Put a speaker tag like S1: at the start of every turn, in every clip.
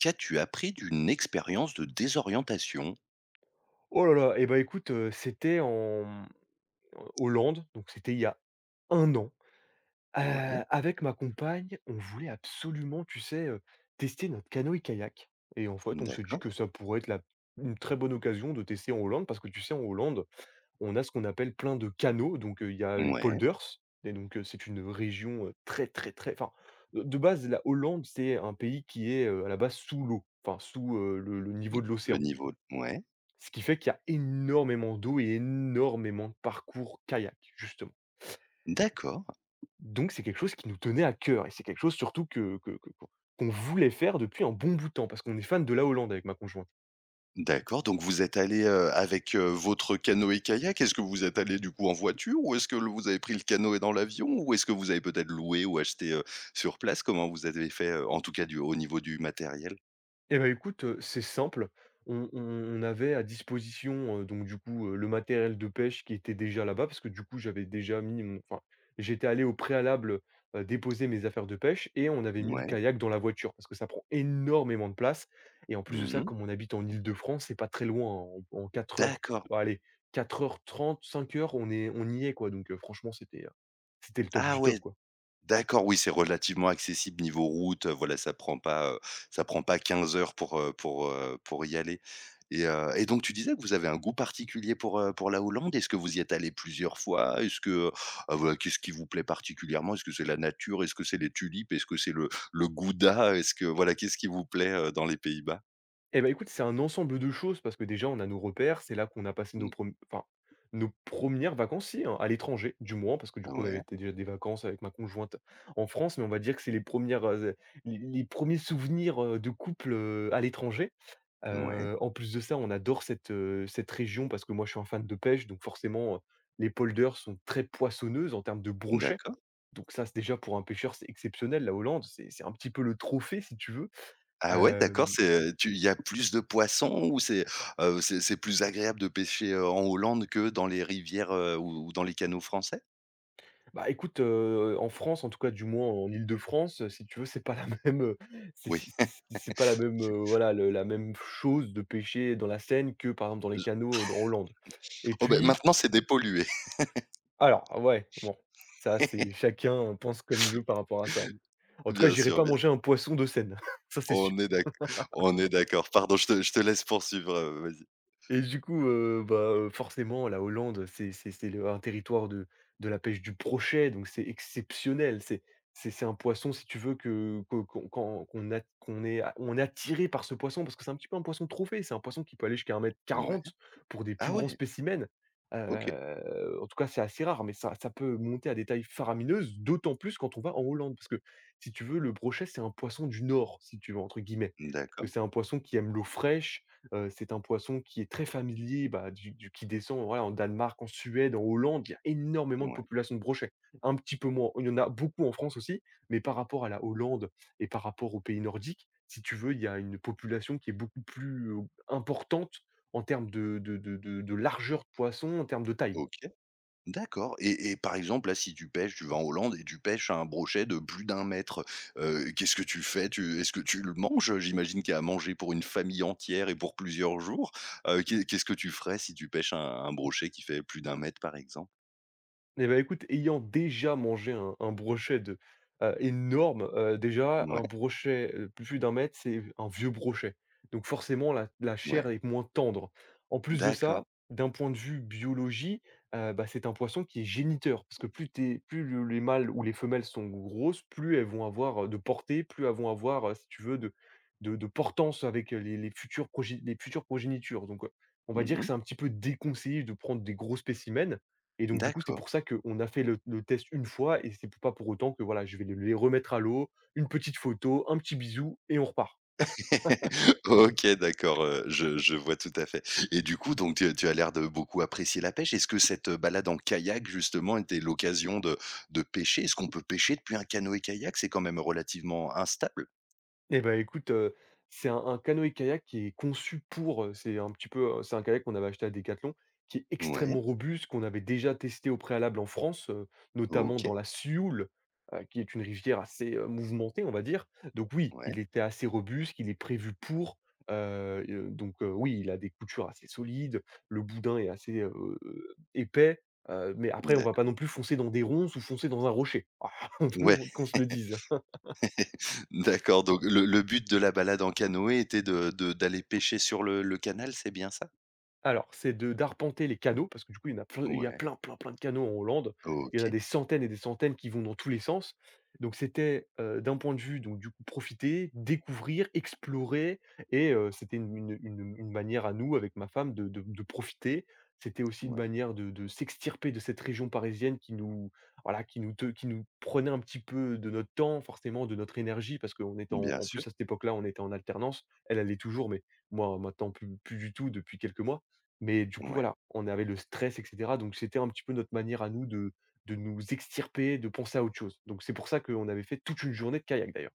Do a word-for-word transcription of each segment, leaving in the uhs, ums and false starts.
S1: Qu'as-tu appris d'une expérience de désorientation?
S2: Oh là là, et ben écoute, heu, c'était en, mmh, Hollande, donc c'était il y a un an. Heu,
S1: Ouais,
S2: avec ma compagne, on voulait absolument, tu sais, heu, tester notre canoë-kayak et en fait, on se dit
S1: d'accord.
S2: que ça pourrait être la une très bonne occasion de tester en Hollande parce que tu sais, en Hollande, on a ce qu'on appelle plein de canaux, donc heu, il y a les
S1: Ouais,
S2: polders et donc heu, c'est une région, heu, très, très, très enfin, de de base, la Hollande, c'est un pays qui est, heu, à la base sous l'eau, enfin sous, heu, le le
S1: mmh,
S2: niveau de
S1: le
S2: l'océan.
S1: niveau, ouais,
S2: Ce qui fait qu'il y a énormément d'eau et énormément de parcours kayak, justement.
S1: d'accord,
S2: Donc c'est quelque chose qui nous tenait à cœur et c'est quelque chose surtout que que que qu'on qu'on voulait faire depuis un bon bout de temps parce qu'on est fan de la Hollande avec ma conjointe.
S1: d'accord, donc vous êtes allé heu, avec, heu, votre canoë-kayak. Est-ce que vous êtes allé du coup en voiture, ou est-ce que le vous avez pris le canoë dans l'avion, ou est-ce que vous avez peut-être loué ou acheté, heu, sur place? Comment vous avez fait, heu, en tout cas du au niveau du matériel?
S2: Eh ben, écoute, heu, c'est simple. On on on avait à disposition, heu, donc du coup, heu, le matériel de pêche qui était déjà là-bas parce que du coup, j'avais déjà mis mon enfin, j'étais allé au préalable, heu, déposer mes affaires de pêche et on avait mis le
S1: Ouais.
S2: kayak dans la voiture parce que ça prend énormément de place et en plus de ça,
S1: Mmh.
S2: comme on habite en Île-de-France, c'est pas très loin, hein, en en quatre heures,
S1: D'accord.
S2: bah, allez, quatre heures trente, cinq heures, on est on y est, quoi, donc heu, franchement, c'était, heu, c'était le top
S1: Ah
S2: du
S1: ouais.
S2: top, quoi.
S1: D'accord, oui, c'est relativement accessible niveau route, heu, voilà, ça prend pas, heu, ça prend pas quinze heures pour, heu, pour, heu, pour y aller. Et heu et donc, tu disais que vous avez un goût particulier pour, heu, pour la Hollande. Est-ce que vous y êtes allé plusieurs fois? Est-ce que, heu, ah voilà, qu'est-ce qui vous plaît particulièrement? Est-ce que c'est la nature? Est-ce que c'est les tulipes? Est-ce que c'est le le gouda? Est-ce que voilà, qu'est-ce qui vous plaît, heu, dans les Pays-Bas?
S2: Eh ben écoute, c'est un ensemble de choses parce que déjà, on a nos repères, c'est là qu'on a passé nos
S1: Mmh.
S2: prem enfin, nos premières vacances, si, hein, à l'étranger, du moins, parce que du coup, on avait
S1: Ouais,
S2: été déjà des vacances avec ma conjointe en France, mais on va dire que c'est les premières, res les les premiers souvenirs, heu, de couple, heu, à l'étranger.
S1: ouais,
S2: Heu, en plus de ça, on adore cette, heu, cette région parce que moi, je suis un fan de pêche, donc forcément, heu, les polders sont très poissonneuses en termes de brochets,
S1: d'accord.
S2: donc ça, c'est déjà pour un pêcheur, c'est exceptionnel. La Hollande, c'est c'est un petit peu le trophée, si tu veux.
S1: Ah ouais, d'accord.
S2: Hem
S1: c'est, tu Il y a plus de poissons, ou c'est, heu, c'est c'est plus agréable de pêcher, heu, en Hollande que dans les rivières, heu, ou ou dans les canaux français?
S2: Bah, écoute, heu, en France, en tout cas, du moins en Île-de-France, heu, si tu veux, c'est pas la même, heu, c'est
S1: Oui.
S2: c'est c'est c'est pas la même, heu, voilà, le la même chose de pêcher dans la Seine que, par exemple, dans les
S1: Je
S2: canaux, heu, en Hollande et
S1: Oh beh,
S2: puis
S1: maintenant c'est dépollué.
S2: alors ah ouais, bon, ça, c'est chacun pense comme il veut par rapport à ça. En tout cas,
S1: Bien
S2: j'irai
S1: sûr,
S2: pas
S1: bien
S2: manger
S1: sûr.
S2: un poisson de Seine, ça, c'est sûr.
S1: On est d'ac on est d'accord. Pardon, je te je te laisse poursuivre, heu, vas-y.
S2: Et du coup, heu, bah, heu, forcément la Hollande, c'est c'est c'est le un territoire de de la pêche du brochet, donc c'est exceptionnel. C'est c'est c'est un poisson si tu veux que que qu'on qu'on qu'on a qu'on est a on est attiré par ce poisson parce que c'est un petit peu un poisson trophée. C'est un poisson qui peut aller jusqu'à un mètre
S1: Ouais.
S2: quarante pour des plus
S1: Ah
S2: grands
S1: ouais!
S2: spécimens.
S1: OK.
S2: Heu, en tout cas, c'est assez rare, mais ça ça peut monter à des tailles faramineuses, d'autant plus quand on va en Hollande. Parce que si tu veux, le brochet, c'est un poisson du «Nord», si tu veux, entre guillemets. Que
S1: D'accord.
S2: c'est un poisson qui aime l'eau fraîche. Heu, c'est un poisson qui est très familier, bah, du du qui descend, voilà, en Danemark, en Suède, en Hollande, il y a énormément de
S1: Ouais.
S2: populations de brochets. Un petit peu moins il y en a beaucoup en France aussi, mais par rapport à la Hollande et par rapport aux pays nordiques, si tu veux, il y a une population qui est beaucoup plus, heu, importante en termes de de de de de largeur de poisson, en termes de taille.
S1: OK. D'accord. Et et par exemple, là, si tu pêches, tu vas en Hollande et tu pêches un brochet de plus d'un mètre, heu, qu'est-ce que tu fais? Tu Est-ce que tu le manges? J'imagine qu'il y a à manger pour une famille entière et pour plusieurs jours. Heu, qu'est qu'est-ce que tu ferais si tu pêches un un brochet qui fait plus d'un mètre, par exemple?
S2: Eh ben écoute, ayant déjà mangé un un brochet de heu, énorme, heu, déjà
S1: Ouais,
S2: un brochet, heu, plus d'un mètre, c'est un vieux brochet. Donc forcément la la chair
S1: ouais,
S2: est moins tendre. En plus de ça,
S1: d'accord.
S2: d'un point de vue biologie, heu, bah, c'est un poisson qui est géniteur parce que plus tu plus le les mâles ou les femelles sont grosses, plus elles vont avoir, heu, de portée, plus elles vont avoir, heu, si tu veux de de de portance avec, heu, les les futures progé les futures progénitures. Donc, heu, on va dire que
S1: Mmh.
S2: c'est un petit peu déconseillé de prendre des gros spécimens. Et donc du coup, c'est
S1: D'accord.
S2: pour ça qu'on a fait le le test une fois et c'est pas pour autant que voilà, je vais les remettre à l'eau, une petite photo, un petit bisou et on repart.
S1: OK, d'accord, heu, je je vois tout à fait. Et du coup, donc tu tu as l'air de beaucoup apprécier la pêche. Est-ce que cette euh, balade en kayak justement était l'occasion de de pêcher? Est-ce qu'on peut pêcher depuis un canoë-kayak? C'est quand même relativement instable.
S2: Eh ben écoute, heu, c'est un un canoë-kayak qui est conçu pour, heu, c'est un petit peu, heu, c'est un kayak qu'on avait acheté à Decathlon, qui est
S1: Ouais,
S2: extrêmement robuste, qu'on avait déjà testé au préalable en France, heu, notamment
S1: OK,
S2: dans la Sioule, heu, qui est une rivière assez, heu, mouvementée, on va dire. Donc oui,
S1: ouais,
S2: il était assez robuste, il est prévu pour, heu et heu, donc heu, oui, il a des coutures assez solides, le boudin est assez, heu, épais, heu, mais après on va pas
S1: d'accord.
S2: non plus foncer dans des ronces ou foncer dans un rocher. Ah,
S1: Ouais,
S2: qu'on se le dise.
S1: d'accord, donc le le but de la balade en canoë était de de d'aller pêcher sur le le canal, c'est bien ça?
S2: Alors, c'est de d'arpenter les canaux parce que du coup, il y en a plein il y a
S1: Ouais,
S2: plein, plein, plein de canaux en Hollande. Il y en a
S1: OK,
S2: des centaines et des centaines qui vont dans tous les sens. Donc c'était, heu, d'un point de vue donc du coup profiter, découvrir, explorer et heu, c'était une une une une manière à nous avec ma femme de de de profiter. C'était aussi une
S1: ouais,
S2: manière de de s'extirper de cette région parisienne qui nous voilà, qui nous te qui nous prenait un petit peu de notre temps, forcément de notre énergie parce qu'on était en
S1: bien
S2: en
S1: sûr,
S2: plus à cette époque-là, on était en alternance. Elle, elle l'est toujours, mais moi maintenant plus plus du tout depuis quelques mois. Mais du coup,
S1: ouais.
S2: voilà, on avait le stress et cetera, donc c'était un petit peu notre manière à nous de de nous extirper, de penser à autre chose. Donc c'est pour ça qu'on avait fait toute une journée de kayak d'ailleurs.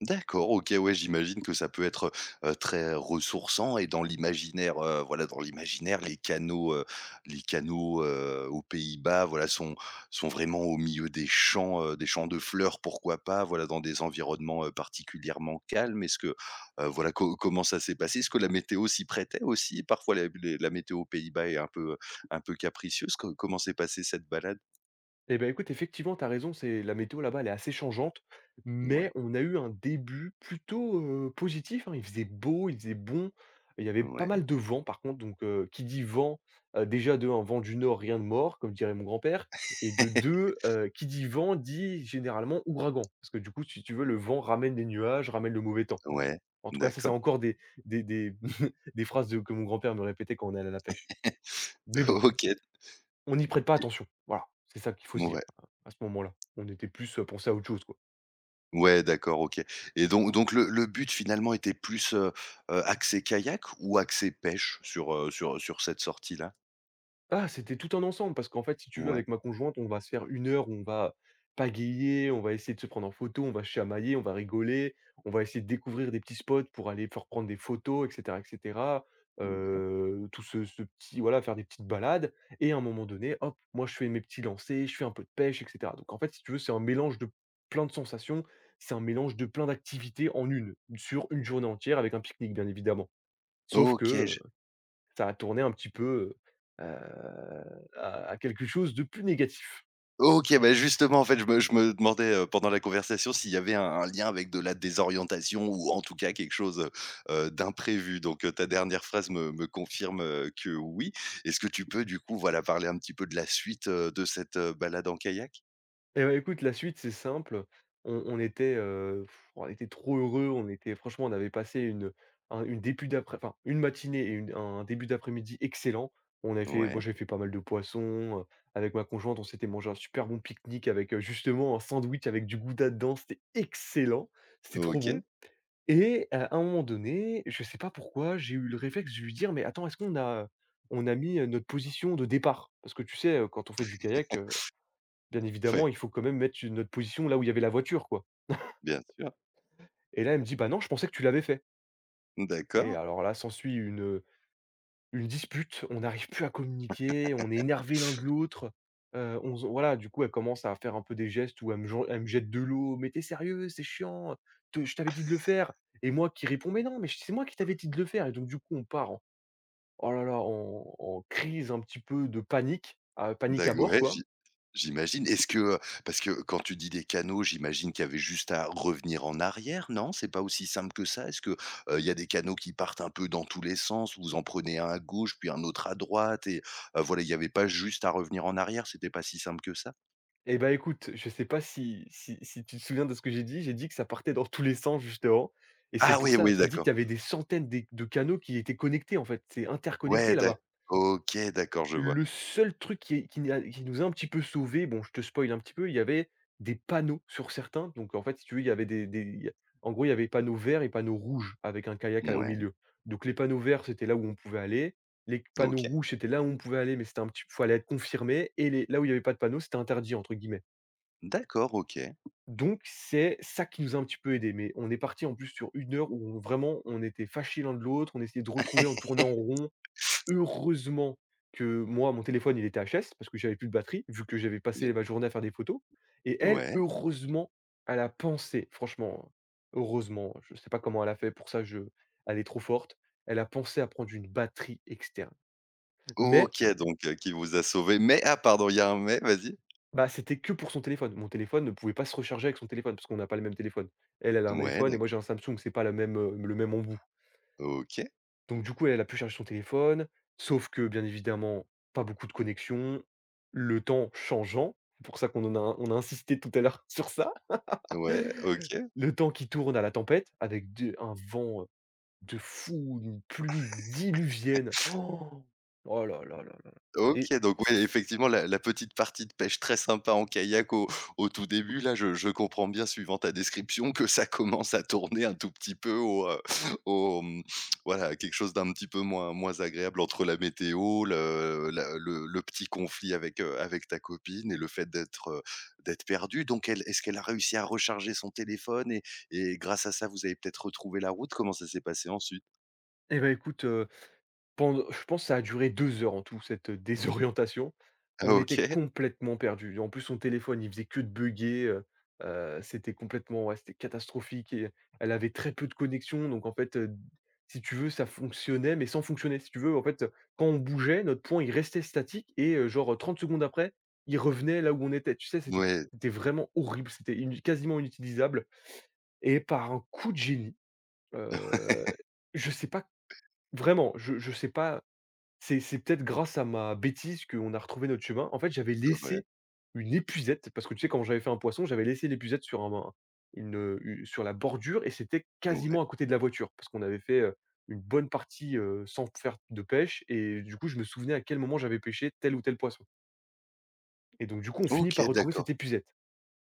S1: D'accord, OK, ouais, j'imagine que ça peut être, heu, très ressourçant. Et dans l'imaginaire, heu, voilà, dans l'imaginaire, les canaux, heu, les canaux, heu, aux Pays-Bas, voilà, sont sont vraiment au milieu des champs, heu, des champs de fleurs, pourquoi pas, voilà, dans des environnements, heu, particulièrement calmes. Est-ce que, heu, voilà, co comment ça s'est passé? Est-ce que la météo s'y prêtait aussi? Parfois la les la météo aux Pays-Bas est un peu, un peu capricieuse. Co Comment s'est passée cette balade?
S2: Eh bah, écoute, effectivement, tu as raison, c'est la météo là-bas, elle est assez changeante,
S1: Ouais,
S2: mais on a eu un début plutôt, heu, positif, hein. Il faisait beau, il faisait bon, il y avait pas
S1: ouais,
S2: mal de vent par contre, donc heu, qui dit vent, heu, déjà de un vent du nord, rien de mort, comme dirait mon grand-père et de deux, heu, qui dit vent dit généralement ouragan. Parce que du coup, si tu veux, le vent ramène des nuages, ramène le mauvais temps.
S1: ouais,
S2: En tout cas, ça, c'est
S1: d'accord,
S2: encore des des des des phrases de que mon grand-père me répétait quand on allait à la pêche. Mais bon,
S1: OK,
S2: on n'y prête pas attention. Voilà, c'est ça qu'il faut se
S1: ouais.
S2: dire, à ce moment-là. On était plus, heu, pensés à autre chose, quoi.
S1: Ouais, d'accord, OK. Et donc, donc le le but finalement était plus, heu heu, axé kayak ou axé pêche sur, heu, sur sur cette sortie-là?
S2: Ah, c'était tout un ensemble parce qu'en fait, si tu veux,
S1: Ouais,
S2: avec ma conjointe, on va se faire une heure où on va pagayer, on va essayer de se prendre en photo, on va chamailler, on va rigoler, on va essayer de découvrir des petits spots pour aller faire prendre des photos et cetera et cetera.
S1: ouais.
S2: Heu, tout ce ce petit voilà, faire des petites balades et à un moment donné, hop, moi je fais mes petits lancers, je fais un peu de pêche et cetera. Donc en fait, si tu veux, c'est un mélange de plein de sensations, c'est un mélange de plein d'activités en une, sur une journée entière avec un pique-nique bien évidemment. Sauf
S1: OK,
S2: que,
S1: je
S2: ça a tourné un petit peu, heu, à à quelque chose de plus négatif
S1: OK, bah, justement, en fait, je me je me demandais, heu, pendant la conversation, s'il y avait un un lien avec de la désorientation, ou en tout cas quelque chose heu d'imprévu. Donc heu, ta dernière phrase me me confirme, heu, que oui. Est-ce que tu peux, du coup, voilà, parler un petit peu de la suite, heu, de cette, heu, balade en kayak?
S2: et bah, écoute, la suite, c'est simple. On on était, heu, on était trop heureux, on était franchement, on avait passé une un une début d'après enfin, une matinée et une un début d'après-midi excellent. On avait fait bon,
S1: Ouais,
S2: j'avais fait pas mal de poissons, heu, avec ma conjointe, on s'était mangé un super bon pique-nique avec, heu, justement un sandwich avec du gouda dedans, c'était excellent, c'était trop
S1: OK,
S2: bon. Et heu, à un moment donné, je sais pas pourquoi, j'ai eu le réflexe de lui dire: «Mais attends, est-ce qu'on a on a mis, heu, notre position de départ?» parce que tu sais, heu, quand on fait du kayak, heu, bien
S1: ouais,
S2: évidemment, il faut quand même mettre une notre position là où il y avait la voiture, quoi.
S1: bien sûr.
S2: Et là, elle me dit: «Bah non, je pensais que tu l'avais fait» et
S1: D'accord.
S2: alors là, s'ensuit une, une dispute. On n'arrive plus à communiquer, on est énervé l'un de l'autre, heu, on se voilà, du coup, elle commence à faire un peu des gestes où elle me jen elle me jette de l'eau: «Mais t'es es sérieux? C'est chiant, te je t'avais dit de le faire» et moi qui réponds: «Mais non, mais c'est moi qui t'avais dit de le faire» et donc du coup, on part, oh là là, en en crise, un petit peu de panique, heu, panique à
S1: Dago
S2: bord,
S1: ouais,
S2: quoi.
S1: j'i j'imagine. Est-ce que, heu, parce que quand tu dis des canaux, j'imagine qu'il y avait juste à revenir en arrière, non? C'est pas aussi simple que ça? Est-ce que, heu, il y a des canaux qui partent un peu dans tous les sens? Vous en prenez un à gauche, puis un autre à droite, et heu, voilà, il n'y avait pas juste à revenir en arrière, c'était pas si simple que ça?
S2: Et bah, écoute, je sais pas si si si tu te souviens de ce que j'ai dit? J'ai dit que ça partait dans tous les sens justement et c'est
S1: Ah
S2: pour
S1: oui,
S2: ça.
S1: oui,
S2: Je t'ai dit qu'il
S1: d'accord.
S2: y avait des centaines des de canaux qui étaient connectés. En fait, c'est
S1: Ouais,
S2: interconnecté
S1: d'accord.
S2: là-bas.
S1: OK, d'accord, je vois.
S2: Le seul truc qui qui n'a qui nous a un petit peu sauvés, bon, je te spoil un petit peu, il y avait des panneaux sur certains. Donc en fait, si tu veux, il y avait des des il y a en gros, il y avait panneaux verts et panneaux rouges avec un kayak à au
S1: Ouais,
S2: milieu. Donc les panneaux verts, c'était là où on pouvait aller. Les panneaux
S1: OK.
S2: rouges, c'était là où on pouvait aller, mais c'était un petit peu fallait être confirmé, et les là où il y avait pas de panneaux, c'était «interdit» entre guillemets.
S1: D'accord, OK,
S2: Donc c'est ça qui nous a un petit peu aidé. Mais on est parti en plus sur une heure où on vraiment, on était fâchés l'un de l'autre, on essayait de retrouver, on tournait en rond. Heureusement que moi, mon téléphone, il était H S parce que j'avais plus de batterie, vu que j'avais passé ma journée à faire des photos. Et elle,
S1: ouais.
S2: heureusement, elle a pensé, franchement, heureusement, je sais pas comment elle a fait pour ça, je elle est trop forte. Elle a pensé à prendre une batterie externe, mais
S1: OK, donc heu, qui vous a sauvé. Mais, ah, pardon, il y a un mais, vas-y?
S2: bah, c'était que pour son téléphone. Mon téléphone ne pouvait pas se recharger avec son téléphone parce qu'on n'a pas le même téléphone. Elle, elle a un
S1: Ouais,
S2: iPhone et
S1: d'acc
S2: moi j'ai un Samsung, c'est pas la même, heu, le même embout.
S1: OK.
S2: Donc du coup, elle a pu charger son téléphone, sauf que bien évidemment, pas beaucoup de connexion, le temps changeant, c'est pour ça qu'on en a on a insisté tout à l'heure sur ça.
S1: Ouais, OK.
S2: Le temps qui tourne à la tempête avec de un vent de fou, une pluie diluvienne. Oh, oh là là là là là. Et
S1: OK, donc, ouais, effectivement, la la petite partie de pêche très sympa en kayak au au tout début, là, je je comprends bien, suivant ta description, que ça commence à tourner un tout petit peu au, heu, au, mmh, voilà, à quelque chose d'un petit peu moins moins agréable, entre la météo, le la le le petit conflit avec, heu, avec ta copine, et le fait d'être, heu, d'être perdu. Donc elle est-ce qu'elle a réussi à recharger son téléphone, et et grâce à ça, vous avez peut-être retrouvé la route? Comment ça s'est passé ensuite?
S2: et bah, écoute, euh, Pend je pense que ça a duré deux heures en tout cette, heu, désorientation.
S1: Ah,
S2: On
S1: OK.
S2: était complètement perdus. En plus son téléphone, il faisait que de bugger, heu heu, c'était complètement, ouais, c'était catastrophique. Et elle avait très peu de connexion, donc en fait, heu, si tu veux ça fonctionnait mais sans fonctionner. Si tu veux, en fait, quand on bougeait notre point, il restait statique et heu, genre, trente secondes après, il revenait là où on était. Tu sais, c'était
S1: Ouais.
S2: c'était vraiment horrible, c'était inu quasiment inutilisable. Et par un coup de génie, heu, je sais pas, vraiment, je je sais pas, c'est c'est peut-être grâce à ma bêtise qu'on a retrouvé notre chemin. En fait, j'avais
S1: Ouais,
S2: laissé une épuisette parce que, tu sais, quand j'avais fait un poisson, j'avais laissé l'épuisette sur un un une, heu, u sur la bordure, et c'était
S1: ouais.
S2: quasiment à côté de la voiture parce qu'on avait fait, heu, une bonne partie, heu, sans faire de pêche. Et du coup, je me souvenais à quel moment j'avais pêché tel ou tel poisson, et donc du coup, on finit par
S1: OK,
S2: retrouver
S1: d'accord.
S2: cette épuisette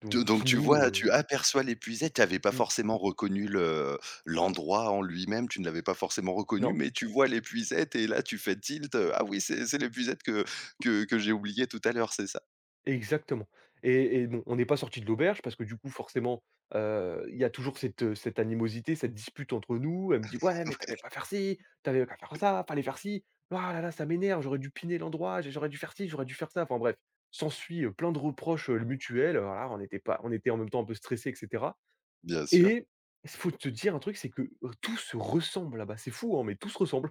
S2: donc
S1: De Donc
S2: qui
S1: tu
S2: nous,
S1: vois,
S2: heu,
S1: tu aperçois l'épuisette, tu n'avais pas
S2: mmh,
S1: forcément reconnu le l'endroit en lui-même, tu ne l'avais pas forcément reconnu,
S2: non.
S1: mais tu vois l'épuisette et là tu fais tilt, heu: «Ah oui, c'est c'est l'épuisette que que que j'ai oublié tout à l'heure, c'est ça?»
S2: Exactement. Et et bon, on n'est pas sorti de l'auberge parce que du coup forcément, heu, il y a toujours cette, heu, cette animosité, cette dispute entre nous. Elle me dit: «Ouais, mais t'avais avais pas faire ci, t'avais qu'à faire ça, fallait faire ci. Ah là là, ça m'énerve, j'aurais dû piner l'endroit, j j'aurais dû faire ci, j'aurais dû faire ça». Enfin bref, s'ensuit, heu, plein de reproches, heu, mutuels, heu, voilà, on était pas on était en même temps un peu stressés, et cetera.
S1: Bien sûr.
S2: Et il faut te dire un truc, c'est que, heu, tout se ressemble là-bas. C'est fou, hein, mais tout se ressemble.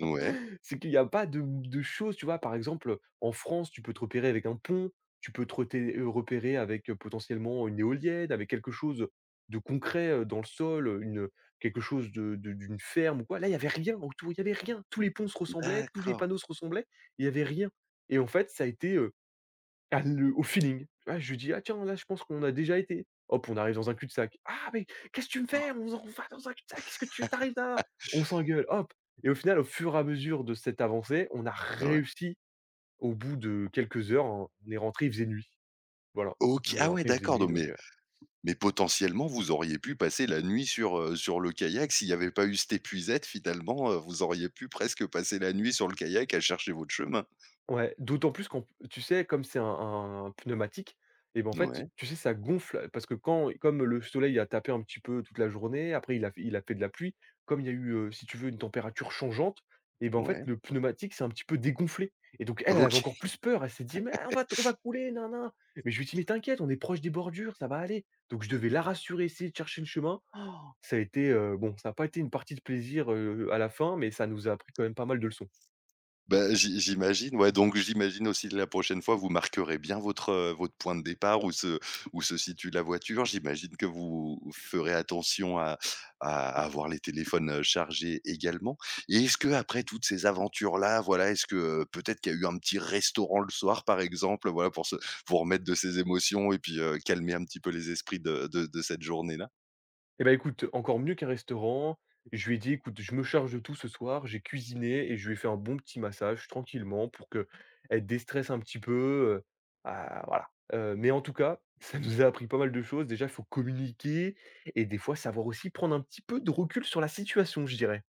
S1: Ouais,
S2: C'est qu'il y a pas de de choses, tu vois? Par exemple, en France, tu peux te repérer avec un pont, tu peux te reté euh, repérer avec, heu, potentiellement une éolienne, avec quelque chose de concret, heu, dans le sol, heu, une quelque chose de de d'une ferme ou quoi. Là, il y avait rien autour, il y avait rien. Tous les ponts se ressemblaient, tous les
S1: d'accord.
S2: panneaux se ressemblaient, il y avait rien. Et en fait, ça a été, ah, le au feeling. Ah, je lui dis: «Ah tiens, là je pense qu'on a déjà été». Hop, on arrive dans un cul-de-sac. «Ah mais qu'est-ce que tu me
S1: Oh.
S2: fais? On on va dans un cul-de-sac, qu'est-ce que tu t'arrives là?» On s'engueule, hop, et au final, au fur et à mesure de cette avancée, on a
S1: Ouais.
S2: réussi. Au bout de quelques heures, hein, on est rentré, il faisait nuit. Voilà,
S1: OK.
S2: on est
S1: Ah ouais,
S2: rentré, il faisait
S1: d'accord,
S2: nuit
S1: donc,
S2: donc
S1: mais
S2: euh,
S1: mais potentiellement, vous auriez pu passer la nuit sur, heu, sur le kayak. S'il n'y avait pas eu cette épuisette finalement, heu, vous auriez pu presque passer la nuit sur le kayak à chercher votre chemin.
S2: ouais, d'autant plus qu'en, tu sais, comme c'est un un pneumatique, et ben, en fait,
S1: Ouais,
S2: tu sais, ça gonfle parce que quand comme le soleil a tapé un petit peu toute la journée, après il a il a fait de la pluie, comme il y a eu, heu, si tu veux, une température changeante, et ben, en fait,
S1: ouais.
S2: le pneumatique s'est un petit peu dégonflé, et donc elle, elle
S1: OK.
S2: avait encore plus peur. Elle s'est dit: «Mais on va t on va couler, nan, nan». Mais je lui ai dit: «Mais t'inquiète, on est proche des bordures, ça va aller». Donc je devais la rassurer, essayer de chercher le chemin. Ça a été, heu, bon, ça a pas été une partie de plaisir, heu, à la fin, mais ça nous a appris quand même pas mal de leçons.
S1: Bah, j'i j'imagine, ouais, donc j'imagine aussi que la prochaine fois, vous marquerez bien votre, heu, votre point de départ, où se où se situe la voiture. J'imagine que vous ferez attention à à avoir les téléphones heu, chargés également. Et est-ce que, après toutes ces aventures-là, voilà, est-ce que, heu, peut-être qu'il y a eu un petit restaurant le soir, par exemple, voilà, pour se pour remettre de ses émotions et puis, heu, calmer un petit peu les esprits de de de cette journée-là?
S2: Eh ben écoute, encore mieux qu'un restaurant. Je lui ai dit: «Écoute, je me charge de tout ce soir». J'ai cuisiné et je lui ai fait un bon petit massage tranquillement pour qu'elle déstresse un petit peu, heu, ah voilà. Heu, mais en tout cas, ça nous a appris pas mal de choses. Déjà, il faut communiquer et des fois savoir aussi prendre un petit peu de recul sur la situation, je dirais.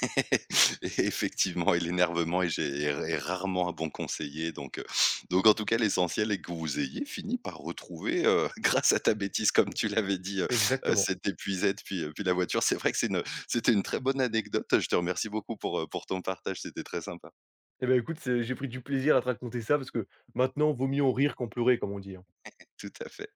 S1: Et Effectivement, et l'énervement est gé est rarement un bon conseiller, donc, heu, donc en tout cas l'essentiel est que vous ayez fini par retrouver, heu, grâce à ta bêtise, comme tu l'avais dit, heu heu,
S2: Exactement.
S1: cette épuisette, puis, heu, puis la voiture. C'est vrai que c'est une c'était une très bonne anecdote. Je te remercie beaucoup pour, heu, pour ton partage, c'était très sympa.
S2: Eh ben écoute, c'est, j'ai pris du plaisir à te raconter ça parce que maintenant, vaut mieux en rire qu'en pleurer, comme on dit, hein.
S1: Tout à fait.